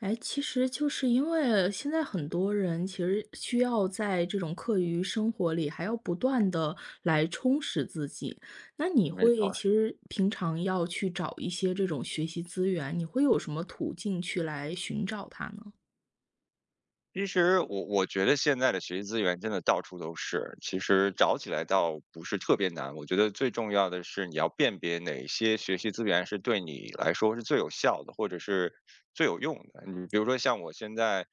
哎，其实就是因为现在很多人其实需要在这种课余生活里，还要不断的来充实自己。那你没错会儿，其实平常要去找一些这种学习资源，你会有什么途径去来寻找它呢？其实我觉得现在的学习资源真的到处都是，其实找起来倒不是特别难。我觉得最重要的是你要辨别哪些学习资源是对你来说是最有效的，或者是最有用的。你比如说像我现在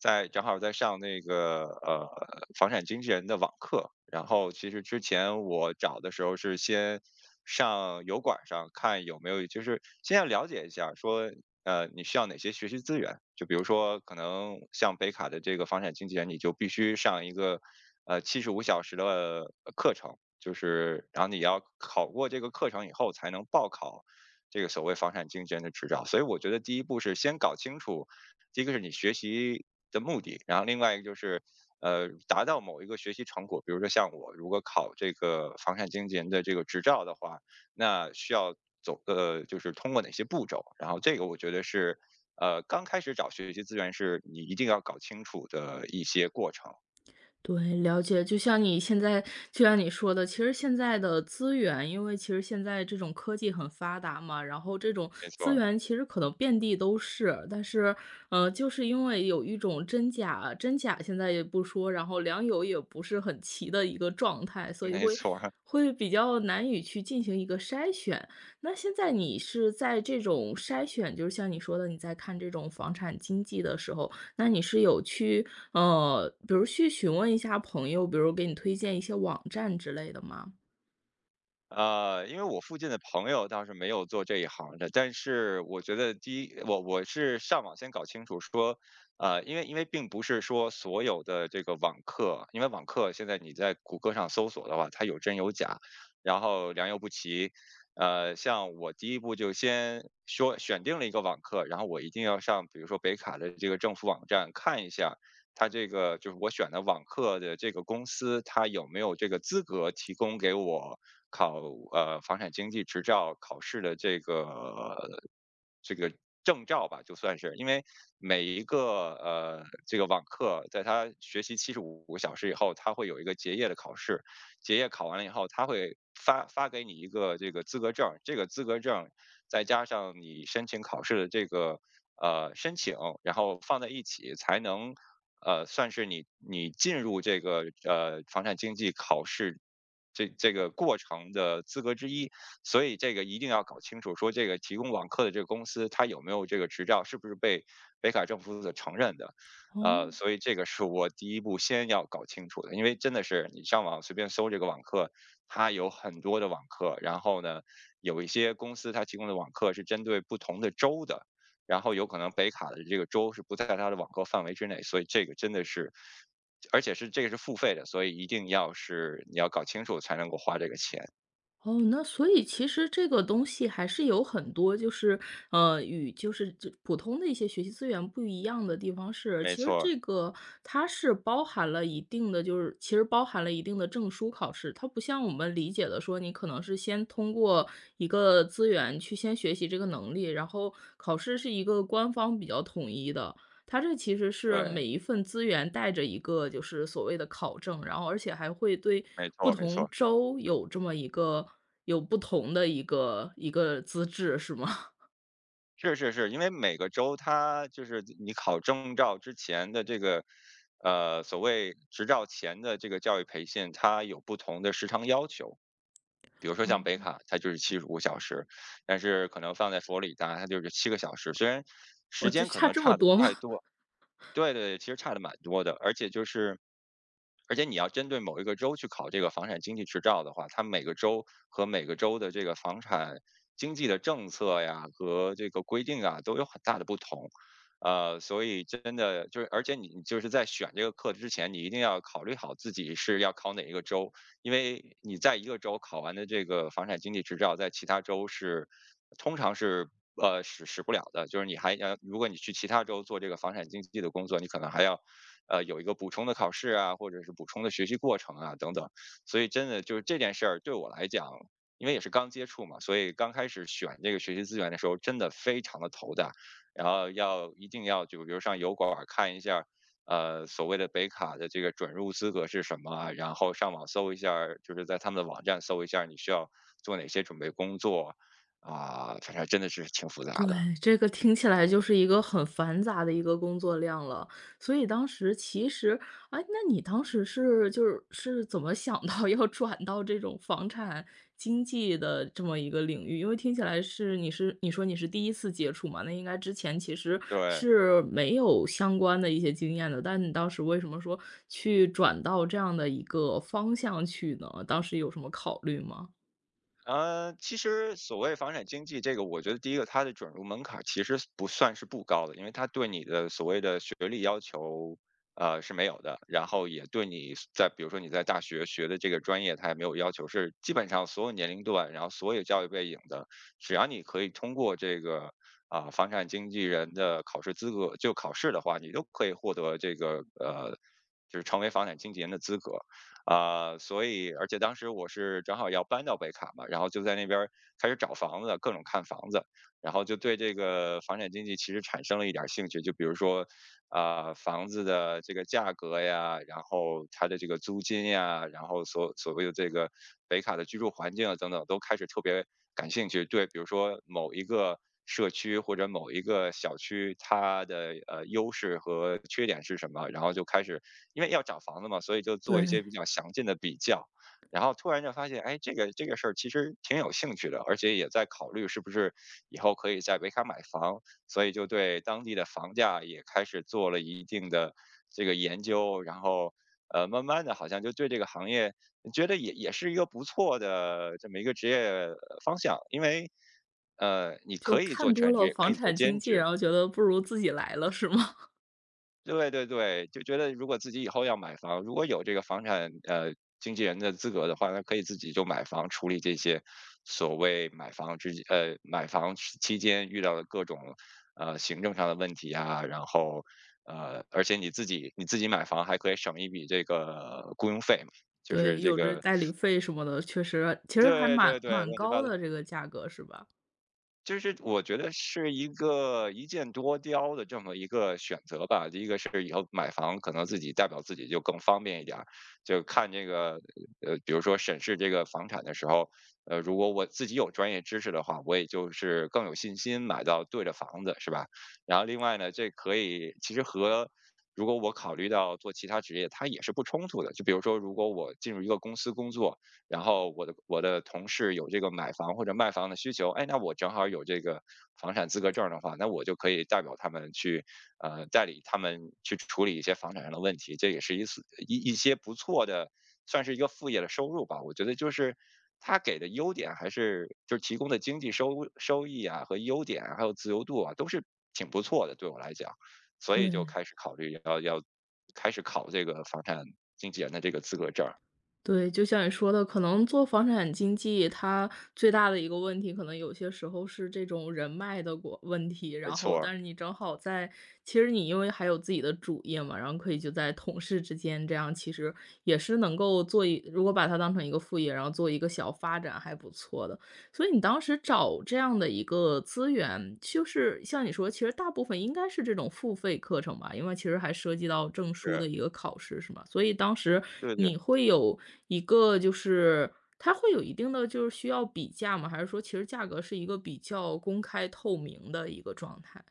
在正好在上那个呃房产经纪人的网课，然后其实之前我找的时候是先。上油管上看有没有，就是先要了解一下，说你需要哪些学习资源？就比如说，可能像北卡的这个房产经纪人，你就必须上一个七十五小时的课程，就是然后你要考过这个课程以后，才能报考这个所谓房产经纪人的执照。所以我觉得第一步是先搞清楚，第一个是你学习的目的，然后另外一个就是。达到某一个学习成果，比如说像我如果考这个房产经纪人的这个执照的话，那需要走就是通过哪些步骤？然后这个我觉得是，刚开始找学习资源是你一定要搞清楚的一些过程。对，了解。就像你说的，其实现在的资源，因为其实现在这种科技很发达嘛，然后这种没资错源其实可能遍地都是，但是，就是因为有一种真假现在也不说，然后良莠也不是很齐的一个状态，所以没会错会比较难以去进行一个筛选。那现在你是在这种筛选，就是像你说的，你在看这种房产经济的时候，那你是有去比如去询问一下朋友，比如给你推荐一些网站之类的吗？因为我附近的朋友倒是没有做这一行的，但是我觉得第一，我是上网先搞清楚说，因为并不是说所有的这个网课，因为网课现在你在谷歌上搜索的话，它有真有假，然后良莠不齐。像我第一步就先说选定了一个网课，然后我一定要上，比如说北卡的这个政府网站看一下，他这个就是我选的网课的这个公司，他有没有这个资格提供给我考房产经济执照考试的这个证照吧，就算是，因为每一个这个网课，在他学习75个小时以后，他会有一个结业的考试，结业考完了以后，他会发给你一个这个资格证，这个资格证再加上你申请考试的这个申请，然后放在一起才能算是你进入这个房产经济考试这个过程的资格之一。所以这个一定要搞清楚，说这个提供网课的这个公司，它有没有这个执照，是不是被北卡政府所承认的。哦。所以这个是我第一步先要搞清楚的，因为真的是你上网随便搜这个网课，它有很多的网课，然后呢，有一些公司它提供的网课是针对不同的州的，然后有可能北卡的这个州是不在它的网课范围之内，所以这个真的是，而且是这个是付费的，所以一定要是你要搞清楚才能够花这个钱，哦，那所以其实这个东西还是有很多，就是与就是这普通的一些学习资源不一样的地方是，没其实错这个它是包含了一定的，就是其实包含了一定的证书考试，它不像我们理解的说，你可能是先通过一个资源去先学习这个能力，然后考试是一个官方比较统一的。它这其实是对。每一份资源带着一个就是所谓的考证，然后而且还会对没不错，没同错，州有这么一个有不同的一个资质，是吗？是是是，因为每个州它就是你考证照之前的这个，所谓执照前的这个教育培训，它有不同的时长要求。比如 说像北哦，卡，它就是七十五小时，但是可能放在佛罗里达，它就是7个小时。虽然我时这间可差能这么差的不多太吗？多，对对，其实差的蛮多的，而且就是，而且你要针对某一个州去考这个房产经济执照的话，它每个州和每个州的这个房产经济的政策呀和这个规定啊都有很大的不同，所以真的就是，而且你就是在选这个课之前，你一定要考虑好自己是要考哪一个州，因为你在一个州考完的这个房产经济执照，在其他州是通常是使不了的，就是你还要如果你去其他州做这个房产经济的工作，你可能还要有一个补充的考试啊，或者是补充的学习过程啊等等。所以真的就是这件事儿对我来讲，因为也是刚接触嘛，所以刚开始选这个学习资源的时候，真的非常的头大，然后要一定要就比如上油管儿看一下。所谓的北卡的这个准入资格是什么啊然后上网搜一下儿，就是在他们的网站搜一下儿，你需要做哪些准备工作，啊，反正真的是挺复杂对，的，这个听起来就是一个很繁杂的一个工作量了。所以当时其实哎，那你当时是怎么想到 要转到这种房产经济的这么一个领域？因为听起来是你说你是第一次接触嘛，那应该之前其实对。是没有相关的一些经验的，但你当时为什么说去转到这样的一个方向去呢？当时有什么考虑吗？其实所谓房产经济这个，我觉得第一个它的准入门槛儿其实是不算是不高的，因为它对你的所谓的学历要求，是没有的。然后也对你在比如说你在大学学的这个专业，它也没有要求，是基本上所有年龄段，然后所有教育背景的，只要你可以通过这个啊、房产经纪人的考试资格，就考试的话，你都可以获得这个就是成为房产经纪人的资格。啊、所以而且当时我是正好要搬到北卡嘛，然后就在那边儿开始找房子，各种看房子，然后就对这个房产经济其实产生了一点儿兴趣。就比如说，房子的这个价格呀，然后它的这个租金呀，然后所谓的这个北卡的居住环境啊等等，都开始特别感兴趣。对，比如说某一个社区或者某一个小区，它的优势和缺点是什么，然后就开始因为要找房子嘛，所以就做一对。些比较详尽的比较。然后突然就发现，哎，这个事儿其实挺有兴趣的，而且也在考虑是不是以后可以在北卡买房。所以就对当地的房价也开始做了一定的这个研究，然后慢慢的好像就对这个行业觉得也是一个不错的这么一个职业方向，因为你就可以做看多全职，了也可房以做产经兼纪，职，然后觉得不如自己来了，是吗？对对对，就觉得如果自己以后要买房，如果有这个房产经纪人的资格的话，那可以自己就买房，处理这些所谓买房时期间遇到的各种行政上的问题啊，然后而且你自己买房还可以省一笔这个雇佣费嘛，就是对，这有这个代理费什么的，确实其实还对对蛮对，蛮乱七高八糟的这个价格是吧？就是我觉得是一个一箭多雕的这么一个选择吧。第一个是以后买房可能自己代表自己就更方便一点儿，就看这个比如说审视这个房产的时候，如果我自己有专业知识的话，我也就是更有信心买到对的房子，是吧？然后另外呢，这可以其实和如果我考虑到做其他职业，它也是不冲突的。就比如说，如果我进入一个公司工作，然后我的同事有这个买房或者卖房的需求，哎，那我正好有这个房产资格证的话，那我就可以代表他们去，代理他们去处理一些房产上的问题，这也是一次一一些不错的，算是一个副业的收入吧。我觉得就是他给的优点还是就是提供的经济收益啊和优点啊，还有自由度啊，都是挺不错的，对我来讲，所以就对，开始考虑要开始考这个房产经纪人的这个资格证儿，对，就像你说的，可能做房产经纪，它最大的一个问题，可能有些时候是这种人脉的过问题，没然错后儿，但是你正好在其实你因为还有自己的主业嘛，然后可以就在同事之间这样，其实也是能够做一如果把它当成一个副业，然后做一个小发展还不错的。所以你当时找这样的一个资源，就是像你说，其实大部分应该是这种付费课程吧，因为其实还涉及到证书是。的一个考试，是吗？所以当时对对，你会有一个就是它会有一定的就是需要比价吗？还是说其实价格是一个比较公开透明的一个状态？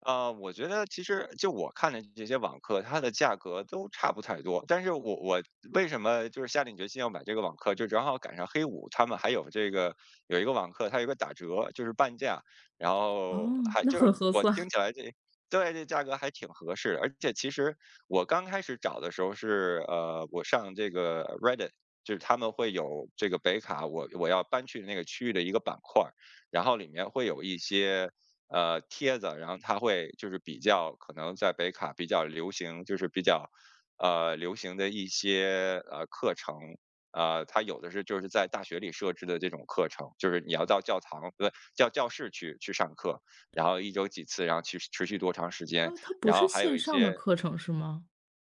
啊，我觉得其实就我看的这些网课，它的价格都差不太多。但是我为什么就是下定决心要买这个网课，就正好赶上黑五，他们还有这个有一个网课，它有一个打折，就是半价，然后哦，还那就是很合我听算。起来这。对，这价格还挺合适的。而且其实我刚开始找的时候是我上这个 Reddit。就是他们会有这个北卡，我要搬去的那个区域的一个板块，然后里面会有一些帖子，然后他会就是比较可能在北卡比较流行，就是比较流行的一些课程。他有的是就是在大学里设置的这种课程，就是你要到教堂，不对，叫教室去上课，然后一周几次，然后去持续多长时间，哦，它不然后是还有线一上的些课程是吗？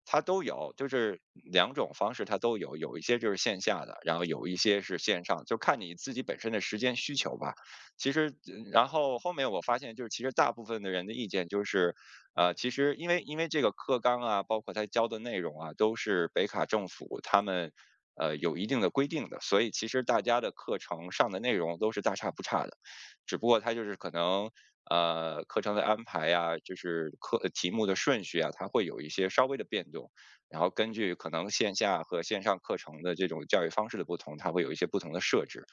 它都有，就是两种方式它都有，有一些就是线下的，然后有一些是线上，就看你自己本身的时间需求吧。其实，然后后面我发现，就是其实大部分的人的意见就是，其实因为这个课纲啊，包括他教的内容啊，都是北卡政府他们有一定的规定的，所以其实大家的课程上的内容都是大差不差的，只不过它就是可能课程的安排呀，就是题目的顺序啊，它会有一些稍微的变动。然后根据可能线下和线上课程的这种教育方式的不同，它会有一些不同的设置。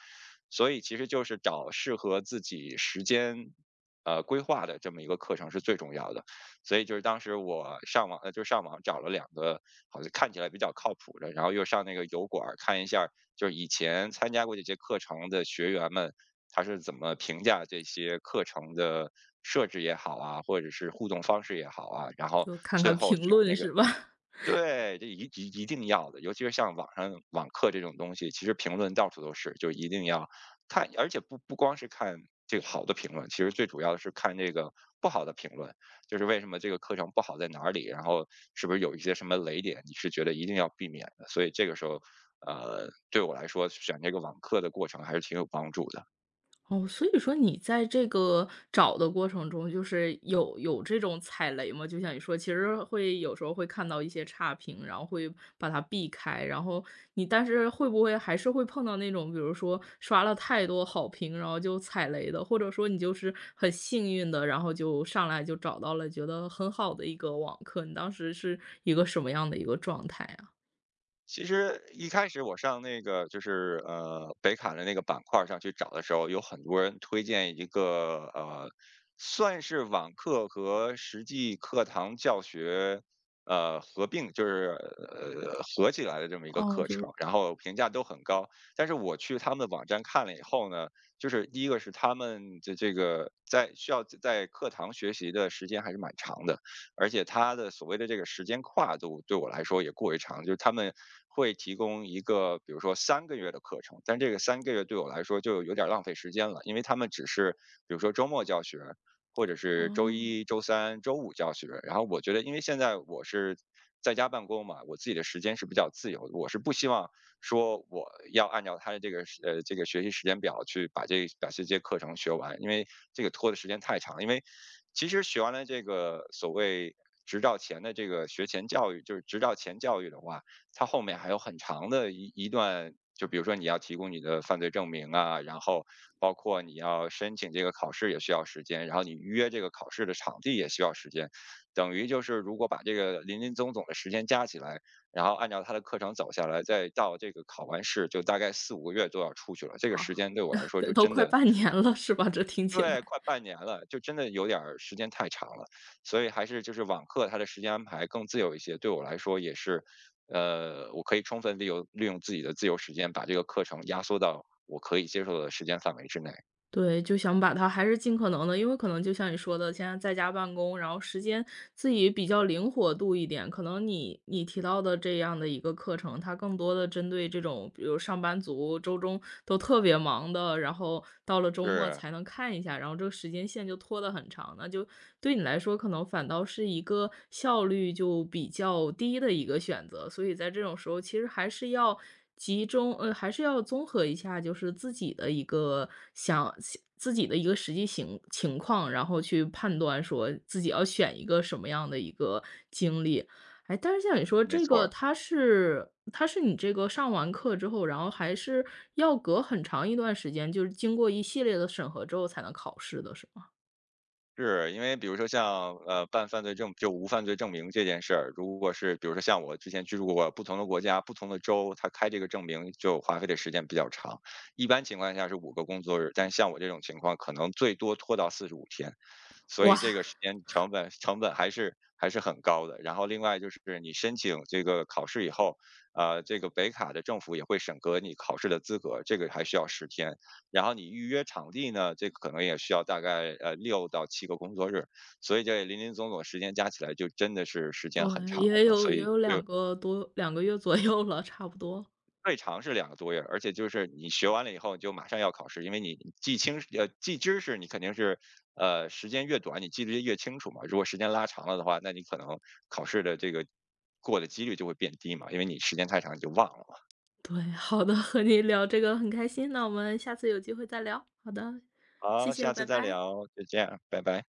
所以其实就是找适合自己时间，规划的这么一个课程是最重要的。所以就是当时我上网，就上网找了两个好像看起来比较靠谱的，然后又上那个油管儿看一下儿就是以前参加过这些课程的学员们，他是怎么评价这些课程的设置也好啊，或者是互动方式也好啊，然后就看最看后评选了论一个。是吧？对，这一定要的，尤其是像网上网课这种东西，其实评论到处都是，就一定要看，而且不光是看这个好的评论，其实最主要的是看这个不好的评论，就是为什么这个课程不好在哪里，然后是不是有一些什么雷点，你是觉得一定要避免的，所以这个时候，对我来说选这个网课的过程还是挺有帮助的。哦，所以说你在这个找的过程中，就是有这种踩雷吗？就像你说，其实会有时候会看到一些差评，然后会把它避开，然后你但是会不会还是会碰到那种，比如说刷了太多好评，然后就踩雷的，或者说你就是很幸运的，然后就上来就找到了觉得很好的一个网课，你当时是一个什么样的一个状态啊？其实一开始我上那个就是北卡的那个板块儿上去找的时候，有很多人推荐一个算是网课和实际课堂教学合并，就是合起来的这么一个哦，课就程，是然后评价都很高。但是我去他们的网站看了以后呢，就是第一个是他们的这个需要在课堂学习的时间还是蛮长的。而且他的所谓的这个时间跨度对我来说也过于长，就是他们会提供一个，比如说三个月的课程，但这个三个月对我来说就有点儿浪费时间了，因为他们只是比如说周末教学，或者是周哦，一、周三、周五教学。然后我觉得，因为现在我是在家办公嘛，我自己的时间是比较自由的，我是不希望说我要按照他的这个时呃这个学习时间表去把这些课程学完，因为这个拖的时间太长了因为其实学完了这个所谓执照前的这个学前教育，就是执照前教育的话，它后面还有很长的一段。就比如说你要提供你的犯罪证明啊，然后包括你要申请这个考试也需要时间，然后你预约这个考试的场地也需要时间，等于就是如果把这个林林总总的时间加起来，然后按照他的课程走下来，再到这个考完试，就大概4、5个月都要出去了。这个时哇，间对我来说就 都真快的。半年了是吧？这听起对，来。快半年了，就真的有点儿时间太长了。所以还是就是网课，它的时间安排更自由一些，对我来说也是，我可以充分利用自己的自由时间，把这个课程压缩到我可以接受的时间范围之内。对，就想把它还是尽可能的，因为可能就像你说的，现在在家办公，然后时间自己比较灵活度一点。可能你提到的这样的一个课程，它更多的针对这种，比如上班族周中都特别忙的，然后到了周末是，才能看一下，然后这个时间线就拖得很长，那就对你来说可能反倒是一个效率就比较低的一个选择。所以在这种时候，其实还是要。集中还是要综合一下，就是自己的一个想想自己的一个实际情况，然后去判断说自己要选一个什么样的一个经历。哎，但是像你说没这错个，儿。它是你这个上完课之后，然后还是要隔很长一段时间，就是经过一系列的审核之后才能考试的，是吗？是，因为比如说像，办犯罪证就无犯罪证明这件事儿，如果是比如说像我之前居住过不同的国家、不同的州，他开这个证明就花费的时间比较长。一般情况下是5个工作日，但像我这种情况可能最多拖到45天。所以哇 这个时间成本还是很高的。然后另外就是你申请这个考试以后，这个北卡的政府也会审核你考试的资格，这个还需要10天。然后你预约场地呢，这个可能也需要大概6到7个工作日，所以这林林总总时间加起来就真的是时 间很对，长也了。有所也以有对。两个月左右了，差不多。最长是2个多月，而且就是你学完了以后，你就马上要考试，因为你记知识你肯定是，时间越短，你记得越清楚嘛。如果时间拉长了的话，那你可能考试的这个过的几率就会变低嘛，因为你时间太长你就忘了嘛。对，好的，和你聊这个很开心，那我们下次有机会再聊。好的，谢好，谢，下次拜再拜。聊，再见，拜拜。